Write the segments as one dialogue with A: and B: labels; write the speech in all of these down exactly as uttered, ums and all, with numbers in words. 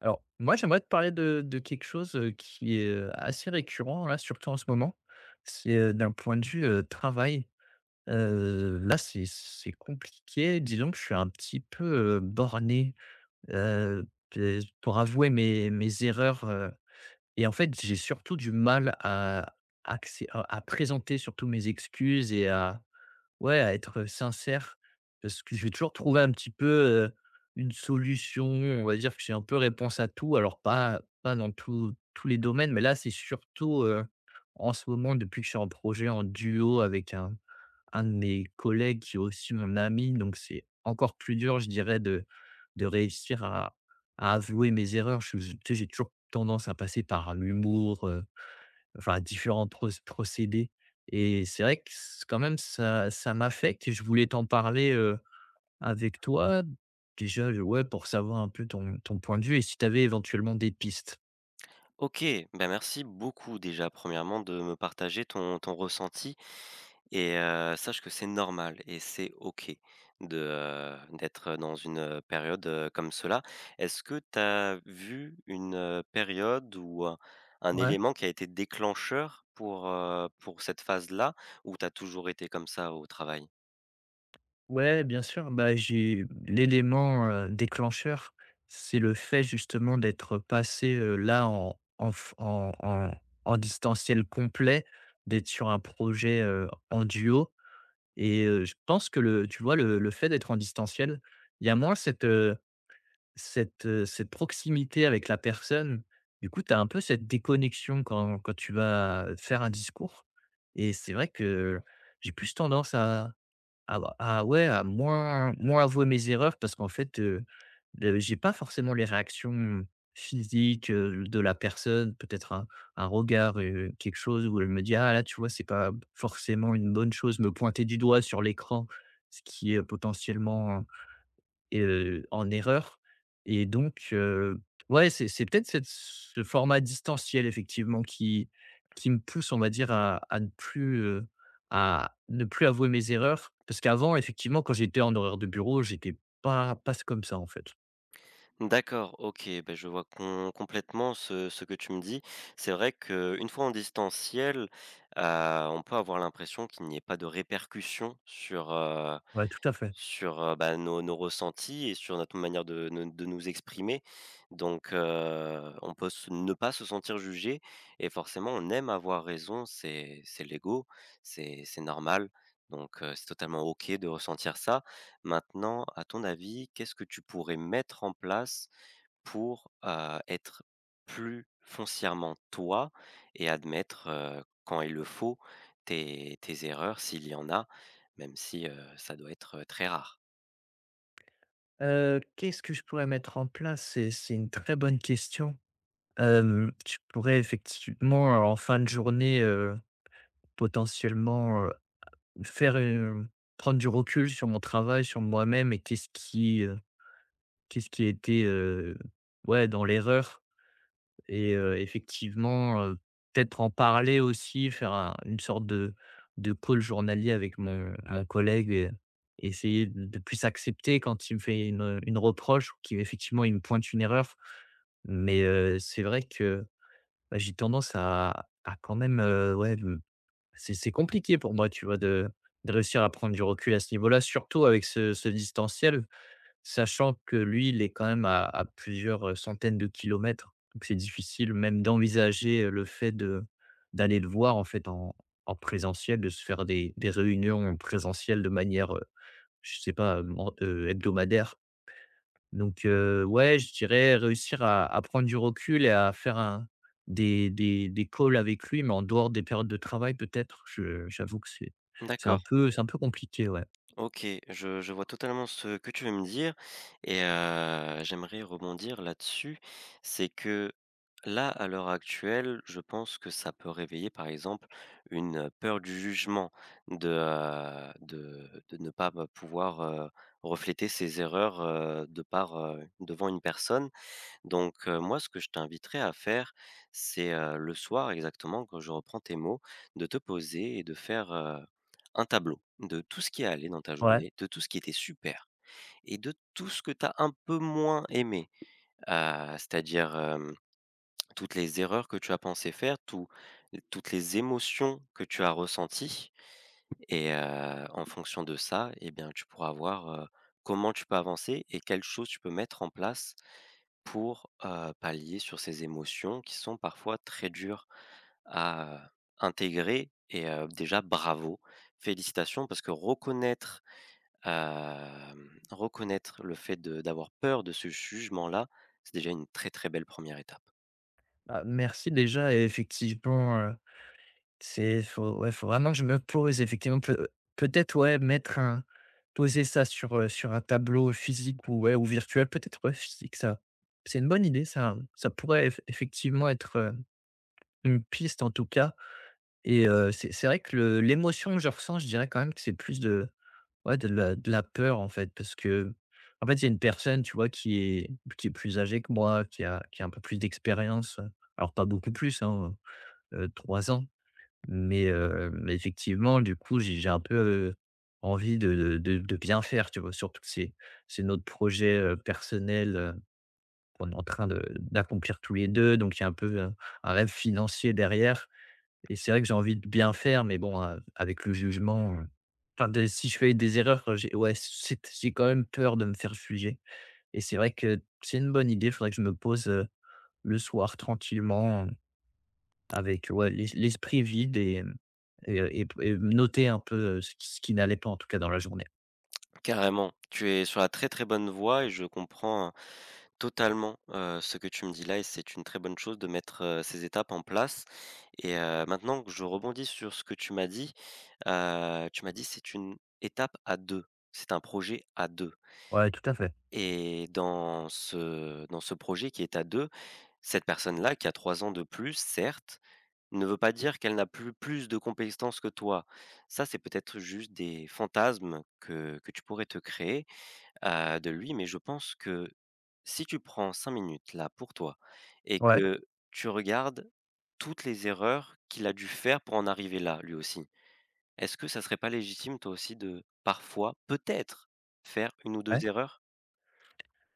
A: Alors, moi, j'aimerais te parler de de quelque chose, heu, qui est, heu, assez récurrent, là, surtout en ce moment. C'est, heu, d'un point de vue, heu, travail. Heu, là, c'est c'est compliqué. Disons que je suis un petit peu, heu, borné, heu, p pour avouer mes mes erreurs, et en fait, j'ai surtout du mal à accé à à présenter surtout mes excuses et à ouais, à être sincère parce que je vais toujours trouver un petit peu, heu, une solution. On va dire que j'ai un peu réponse à tout, alors pas pas dans tous tous les domaines, mais là, c'est surtout, heu, en ce moment, depuis que je suis en projet en duo avec un un de mes collègues qui est aussi mon ami, donc c'est encore plus dur, je dirais, de de réussir à à avouer mes erreurs. Je je tu sais, j'ai toujours tendance à passer par l'humour, heu, enfin différents proc procédés et c'est vrai que c quand même ça ça m'affecte et je voulais t'en parler, heu, avec toi. Déjà, ouais, pour savoir un peu ton ton point de vue et si tu avais éventuellement des pistes.
B: OK, ben merci beaucoup déjà, premièrement, de me partager ton ton ressenti et heu, sache que c'est normal et c'est OK de, heu, d'être dans une, heu, période, heu, comme cela. Est-ce que tu as vu une, heu, période ou un un
A: Ouais.
B: élément qui a été déclencheur pour, heu, pour cette phase-là ou tu as toujours été comme ça au travail?
A: Ouais, bien sûr. Bah, j'ai l'élément, heu, déclencheur, c'est le fait justement d'être passé, heu, là en en f en en en distanciel complet, d'être sur un projet, heu, en duo et heu, je pense que le tu vois, le le fait d'être en distanciel, il y a moins cette, heu, cette, heu, cette proximité avec la personne. Du coup, tu as un peu cette déconnexion quand quand tu vas faire un discours et c'est vrai que j'ai plus tendance à ah bah, ah ouais, à moins moins avouer mes erreurs parce qu'en fait, heu, le j'ai pas forcément les réactions physiques, heu, de la personne, peut-être un un regard, heu, quelque chose où elle me dit: «Ah là, tu vois, c'est pas forcément une bonne chose», me pointer du doigt sur l'écran, ce qui est potentiellement et heu, en erreur et donc heu, ouais, c'est c'est peut-être cette ce format distanciel effectivement qui qui me pousse, on va dire, à à ne plus, heu, à ne plus avouer mes erreurs. Parce qu'avant, effectivement, quand j'étais en horaire de bureau, j'étais pas pas comme ça, en fait.
B: D'accord, OK, ben je vois com complètement ce ce que tu me dis. C'est vrai qu'une fois en distanciel, heu, on peut avoir l'impression qu'il n'y ait pas de répercussions sur, heu,
A: Ouais, tout à fait.
B: sur, heu, bah, nos nos ressentis et sur notre manière de ne de nous exprimer. Donc heu, on peut se ne pas se sentir jugé et forcément on aime avoir raison, c'est c'est l'ego, c'est c'est normal. Donc heu, c'est totalement OK de ressentir ça. Maintenant, à ton avis, qu'est-ce que tu pourrais mettre en place pour, heu, être plus foncièrement toi et admettre, heu, quand il le faut, tes tes erreurs s'il y en a, même si, heu, ça doit être, heu, très rare.
A: Heu, qu'est-ce que je pourrais mettre en place? C'est c'est une très bonne question. Hem, je pourrais effectivement, en fin de journée, heu, potentiellement, faire, heu, prendre du recul sur mon travail, sur moi-même et qu'est-ce qui, heu, qu'est-ce qui était, heu, ouais, dans l'erreur et heu, effectivement, heu, peut-être en parler aussi, faire un une sorte de de call journalier avec mon un collègue et essayer de de plus accepter quand il me fait une, une reproche ou qu'effectivement il me pointe une erreur. Mais heu, c'est vrai que, bah, j'ai tendance à à quand même, heu, ouais, c'est c'est compliqué pour moi, tu vois, de de réussir à prendre du recul à ce niveau-là, surtout avec ce ce distanciel, sachant que lui, il est quand même à à plusieurs, centaines de kilomètres. Donc c'est difficile même d'envisager, le fait de d'aller le voir, en fait, en en présentiel, de se faire des des réunions en présentiel de manière, heu, je sais pas, heu, hebdomadaire. Donc, heu, ouais, je dirais réussir à à prendre du recul et à faire un des des des calls avec lui, mais en dehors des périodes de travail peut-être. Je J'avoue que c'est c'est un
B: D'accord.
A: peu c'est un peu compliqué, ouais.
B: OK, je je vois totalement ce que tu veux me dire et heu, j'aimerais rebondir là-dessus. C'est que là, à l'heure actuelle, je pense que ça peut réveiller, par exemple, une peur du jugement, de, heu, de de ne pas bah, pouvoir heu, refléter ses erreurs, heu, de par, heu, devant une personne. Donc, heu, moi, ce que je t'inviterais à faire, c'est, heu, le soir exactement, quand je reprends tes mots, de te poser et de faire, heu, un tableau de tout ce qui est allé dans ta
A: Ouais.
B: journée, de tout ce qui était super et de tout ce que tu as un peu moins aimé. Heu, c'est-à-dire, hem, toutes les erreurs que tu as pensé faire, tous toutes les émotions que tu as ressenties et heu, en fonction de ça, eh bien, tu pourras voir, heu, comment tu peux avancer et quelles choses tu peux mettre en place pour, heu, pallier sur ces émotions qui sont parfois très dures à intégrer. Et heu, déjà bravo, félicitations parce que reconnaître, hem, reconnaître le fait de d'avoir peur de ce jugement-là, c'est déjà une très, très belle première étape.
A: Bah, merci déjà et effectivement, heu, c'est faut ouais, faut vraiment que je me pose effectivement peut peut-être, ouais, mettre un poser ça sur, heu, sur un tableau physique ou ouais, ou virtuel, peut-être, ouais, physique ça c'est une bonne idée ça ça pourrait eff effectivement être, heu, une piste en tout cas. Et heu, c'est c'est vrai que le l'émotion que je ressens, je dirais quand même que c'est plus de ouais, de la de la peur, en fait, parce que en fait, il y a une personne, tu vois, qui est qui est plus âgée que moi, qui a qui a un peu plus d'expérience, alors pas beaucoup plus, hein, heu heu, ans, mais heu, mais effectivement, du coup, j'ai j'ai un peu, heu, envie de de de de bien faire, tu vois? Surtout que c'est c'est notre projet, heu, personnel, heu, qu'on est en train de d'accomplir tous les deux donc il y a un peu un un rêve financier derrière et c'est vrai que j'ai envie de bien faire, mais bon, heu, avec le jugement, heu, enfin de si je fais des erreurs, heu, j'ai ouais, c'est j'ai quand même peur de me faire juger et c'est vrai que c'est une bonne idée. Il faudrait que je me pose, heu, le soir tranquillement, euh, avec ouais, l'es l'esprit vide et et et p et noter un peu, heu, ce qui ce qui n'allait pas en tout cas dans la journée.
B: Carrément, tu es sur la très, très bonne voie et je comprends totalement, heu, ce que tu me dis là, et c'est une très bonne chose de mettre, heu, ces étapes en place. Et heu, maintenant que je rebondis sur ce que tu m'as dit, heu, tu m'as dit: «C'est une étape à deux, c'est un projet à deux.»
A: Ouais, tout à fait.
B: Et dans ce dans ce projet qui est à deux, cette personne-là qui a trois ans de plus, certes, ne veut pas dire qu'elle n'a plus plus de compétences que toi. Ça, c'est peut-être juste des fantasmes que que tu pourrais te créer heu, de lui, mais je pense que si tu prends cinq minutes là pour toi et
A: Ouais,
B: que tu regardes toutes les erreurs qu'il a dû faire pour en arriver là, lui aussi, est-ce que ça serait pas légitime toi aussi de parfois, peut-être, faire une ou
A: ouais.
B: deux erreurs?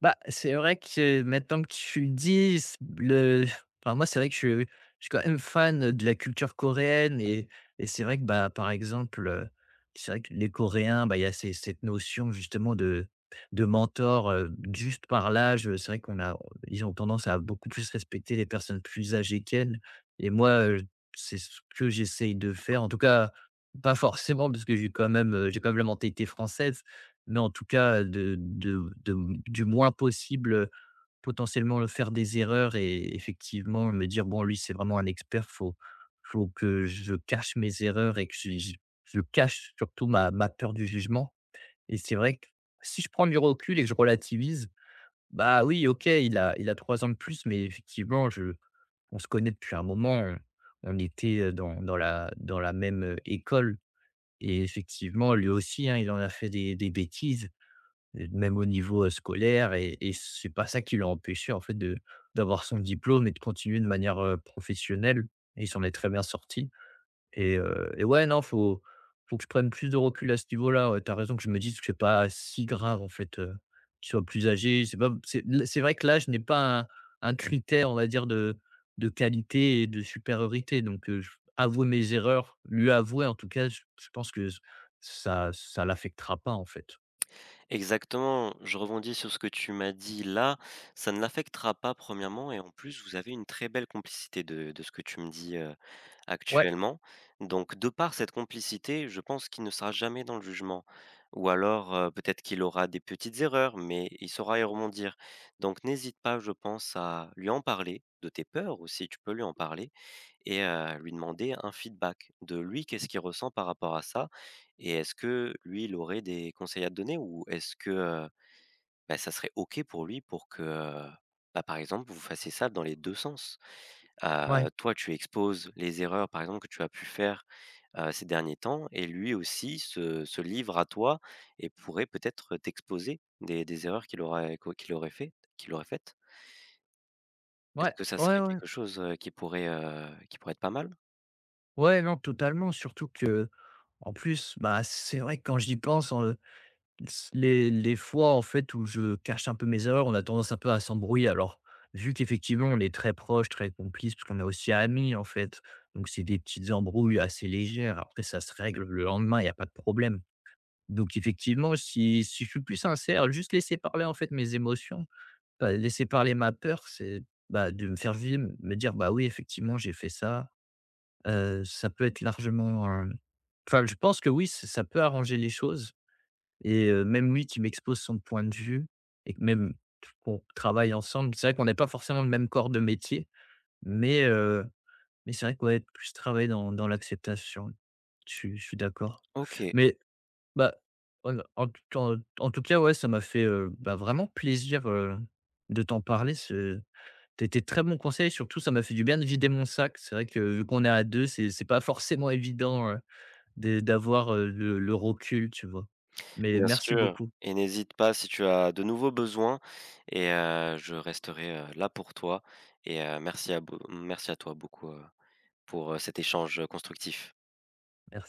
A: Bah, c'est vrai que maintenant que tu le dis, s le enfin, moi, c'est vrai que je je suis quand même fan de la culture coréenne et et c'est vrai que, bah, par exemple, heu, c'est vrai que les Coréens, bah, il y a ces cette notion justement de de mentor, heu, juste par l'âge, c'est vrai qu'on a ils ont tendance à beaucoup plus respecter les personnes plus âgées qu'elles et moi, heu, c'est ce que j'essaye de faire. En tout cas, pas forcément parce que j'ai quand même, heu, j'ai quand même la mentalité française, mais en tout cas, de de de du moins possible, heu, potentiellement faire des erreurs et effectivement me dire: «Bon, lui, c'est vraiment un expert, faut faut que je cache mes erreurs et que je je je cache surtout ma ma peur du jugement» et c'est vrai que si je prends du recul et que je relativise, bah, oui, OK, il a il a trois ans de plus, mais effectivement, je on se connaît depuis un moment, heu, on était, dans dans la dans la même, heu, école et effectivement, lui aussi, hein, il en a fait des des bêtises. Heu, même au niveau, heu, scolaire et et c'est pas ça qui l'a empêché en fait de d'avoir son diplôme et de continuer de manière, heu, professionnelle et il s'en est très bien sorti et heu et ouais, non, faut faut que je prenne plus de recul à ce niveau-là, ouais. Tu raison que je me dise que c'est pas si grave en fait, heu, qu'il soit plus âgé. C'est pas c'est c'est vrai que l'âge n'est pas un un critère, on va dire de de qualité et de supériorité donc heu, j avouer mes erreurs, lui avouer en tout cas, je je pense que ça ça l'affectera pas en fait.
B: Exactement, je rebondis sur ce que tu m'as dit là, ça ne l'affectera pas premièrement et en plus vous avez une très belle complicité de de ce que tu me dis, heu
A: Ouais,
B: actuellement. Donc de par cette complicité, je pense qu'il ne sera jamais dans le jugement ou alors, heu, peut-être qu'il aura des petites erreurs, mais il saura y rebondir. Donc n'hésite pas, je pense, à lui en parler, de tes peurs aussi, tu peux lui en parler et heu, lui demander un feedback de lui. Qu'est-ce qu'il ressent par rapport à ça? Et est-ce que lui, il aurait des conseils à te donner ou est-ce que, bah, ça serait OK pour lui pour que, heu, bah, par exemple, vous fassiez ça dans les deux sens.
A: ouais.
B: Heu, toi, tu exposes les erreurs, par exemple, que tu as pu faire, heu, ces derniers temps, et lui aussi se se livre à toi et pourrait peut-être t'exposer des des erreurs qu'il aurait qu'au qu'il aurait fait qu'il aurait faites.
A: Ouais,
B: Est-ce que ça
A: ouais,
B: serait
A: ouais.
B: quelque chose, heu, qui pourrait, heu, qui pourrait être pas mal?
A: Ouais, non, totalement, surtout que, en plus, bah, c'est vrai que quand j'y pense, heu, les les fois, en fait, où je cache un peu mes erreurs, on a tendance un peu à s'embrouiller. Alors, vu qu'effectivement, on est très proches, très complices, parce qu'on est aussi amis, en fait, donc c'est des petites embrouilles assez légères. Après ça se règle le lendemain, il y a pas de problème. Donc effectivement, si si je suis plus sincère, juste laisser parler, en fait, mes émotions, bah, laisser parler ma peur, c'est, bah, de me faire vivre, me dire: «Bah oui, effectivement, j'ai fait ça». Heu, ça peut être largement, heu enfin, je pense que oui, ç ça peut arranger les choses et heu, même lui qui m'expose son point de vue et que même qu'on travaille ensemble. C'est vrai qu'on n'est pas forcément le même corps de métier, mais heu, mais c'est vrai que, ouais, plus travailler dans dans l'acceptation. Je suis je suis d'accord.
B: OK.
A: Mais bah, en en tout en en tout cas, ouais, ça m'a fait, heu, bah, vraiment plaisir, heu, de t'en parler. T'as été très bon conseil, surtout ça m'a fait du bien de vider mon sac. C'est vrai que vu qu'on est à deux, c'est c'est pas forcément évident, heu, de d'avoir, heu, le le recul, tu vois? Mais
B: Bien
A: merci
B: sûr,
A: beaucoup.
B: et n'hésite pas si tu as de nouveaux besoins et heu, je resterai, heu, là pour toi et heu, merci à beau merci à toi beaucoup, heu, pour, heu, cet échange constructif.
A: Merci.